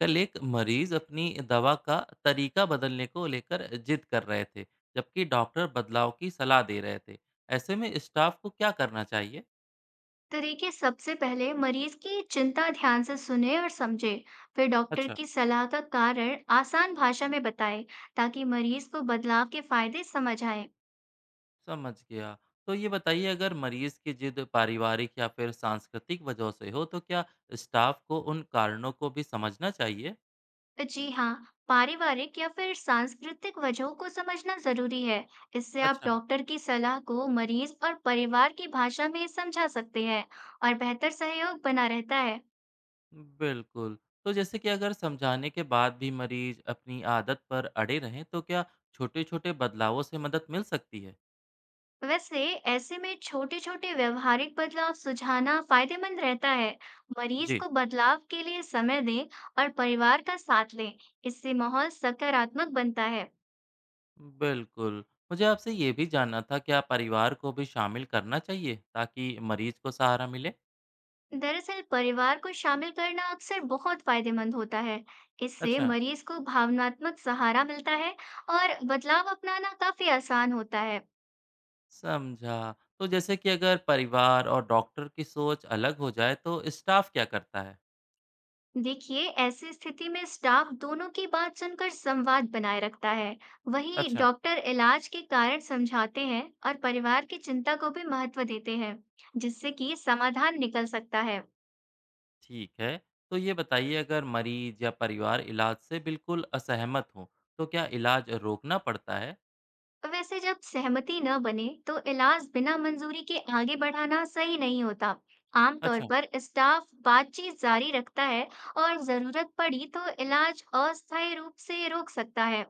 कल एक मरीज अपनी दवा का तरीका बदलने को लेकर जिद कर रहे थे, जबकि डॉक्टर बदलाव की सलाह दे रहे थे। ऐसे में स्टाफ को क्या करना चाहिए? तो देखिए, सबसे पहले मरीज की चिंता ध्यान से सुने और समझे। फिर डॉक्टर अच्छा। की सलाह का कारण आसान भाषा में बताएं, ताकि मरीज को बदलाव के फायदे समझ आए। समझ गया। तो ये बताइए, अगर मरीज की जिद पारिवारिक या फिर सांस्कृतिक वजह से हो, तो क्या स्टाफ को उन कारणों को भी समझना चाहिए? जी हाँ, पारिवारिक या फिर सांस्कृतिक वजहों को समझना जरूरी है। इससे आप अच्छा। डॉक्टर की सलाह को मरीज और परिवार की भाषा में समझा सकते हैं और बेहतर सहयोग बना रहता है। बिल्कुल। तो जैसे कि अगर समझाने के बाद भी मरीज अपनी आदत पर अड़े रहें, तो क्या छोटे छोटे बदलावों से मदद मिल सकती है? वैसे, ऐसे में छोटे छोटे व्यवहारिक बदलाव सुझाना फायदेमंद रहता है। मरीज जी। को बदलाव के लिए समय दें और परिवार का साथ लें। इससे माहौल सकारात्मक बनता है। बिल्कुल। मुझे आपसे ये भी जानना था, क्या परिवार को भी शामिल करना चाहिए, ताकि मरीज को सहारा मिले? दरअसल परिवार को शामिल करना अक्सर बहुत फायदेमंद होता है। इससे अच्छा। मरीज को भावनात्मक सहारा मिलता है और बदलाव अपनाना काफी आसान होता है। समझा। तो जैसे कि अगर परिवार और डॉक्टर की सोच अलग हो जाए, तो स्टाफ क्या करता है? देखिए, ऐसी स्थिति में स्टाफ दोनों की बात सुनकर संवाद बनाए रखता है। वहीं अच्छा। डॉक्टर इलाज के कारण समझाते हैं और परिवार की चिंता को भी महत्व देते हैं, जिससे कि समाधान निकल सकता है। ठीक है। तो ये बताइए, अगर मरीज या परिवार इलाज से बिल्कुल असहमत हो, तो क्या इलाज रोकना पड़ता है? वैसे जब सहमति न बने तो इलाज बिना मंजूरी के आगे बढ़ाना सही नहीं होता। आमतौर अच्छा। पर स्टाफ बातचीत जारी रखता है और जरूरत पड़ी तो इलाज अस्थायी रूप से रोक सकता है।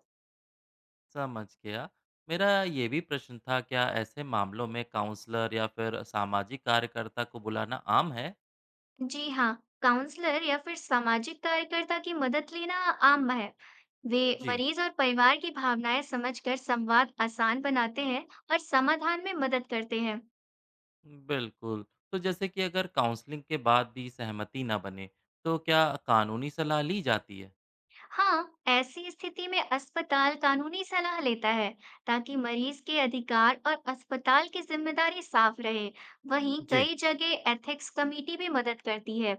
समझ गया। मेरा ये भी प्रश्न था, क्या ऐसे मामलों में काउंसलर या फिर सामाजिक कार्यकर्ता को बुलाना आम है? जी हाँ, काउंसलर या फिर सामाजिक कार्यकर्ता की मदद लेना आम है। वे जी। मरीज और परिवार की भावनाएं समझकर संवाद आसान बनाते हैं और समाधान में मदद करते हैं। बिल्कुल। तो जैसे कि अगर काउंसलिंग के बाद भी सहमति ना बने, तो क्या कानूनी सलाह ली जाती है? हाँ, ऐसी स्थिति में अस्पताल कानूनी सलाह लेता है, ताकि मरीज के अधिकार और अस्पताल की जिम्मेदारी साफ रहे। वहीं जी। कई जगह एथिक्स कमेटी भी मदद करती है।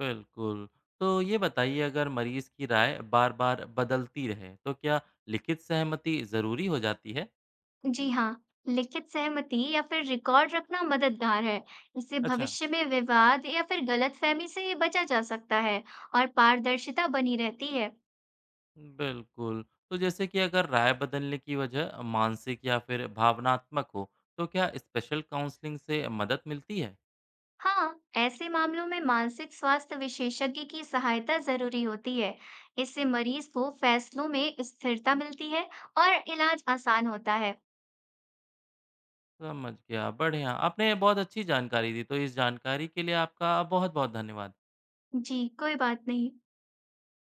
बिल्कुल। तो ये बताइए, अगर मरीज की राय बार-बार बदलती रहे, तो क्या लिखित सहमति ज़रूरी हो जाती है? जी हाँ, लिखित सहमति या फिर रिकॉर्ड रखना मददगार है। इससे अच्छा। भविष्य में विवाद या फिर गलतफहमी से बचा जा सकता है और पारदर्शिता बनी रहती है। बिल्कुल। तो जैसे कि अगर राय बदलने की वजह मानसिक या फिर भावनात्मक हो, तो क्या स्पेशल काउंसलिंग से मदद मिलती है? हाँ, ऐसे मामलों में मानसिक स्वास्थ्य विशेषज्ञ की सहायता जरूरी होती है। इससे मरीज को फैसलों में स्थिरता मिलती है और इलाज आसान होता है। समझ गया, बढ़िया। आपने बहुत अच्छी जानकारी दी, तो इस जानकारी के लिए आपका बहुत-बहुत धन्यवाद। जी, कोई बात नहीं।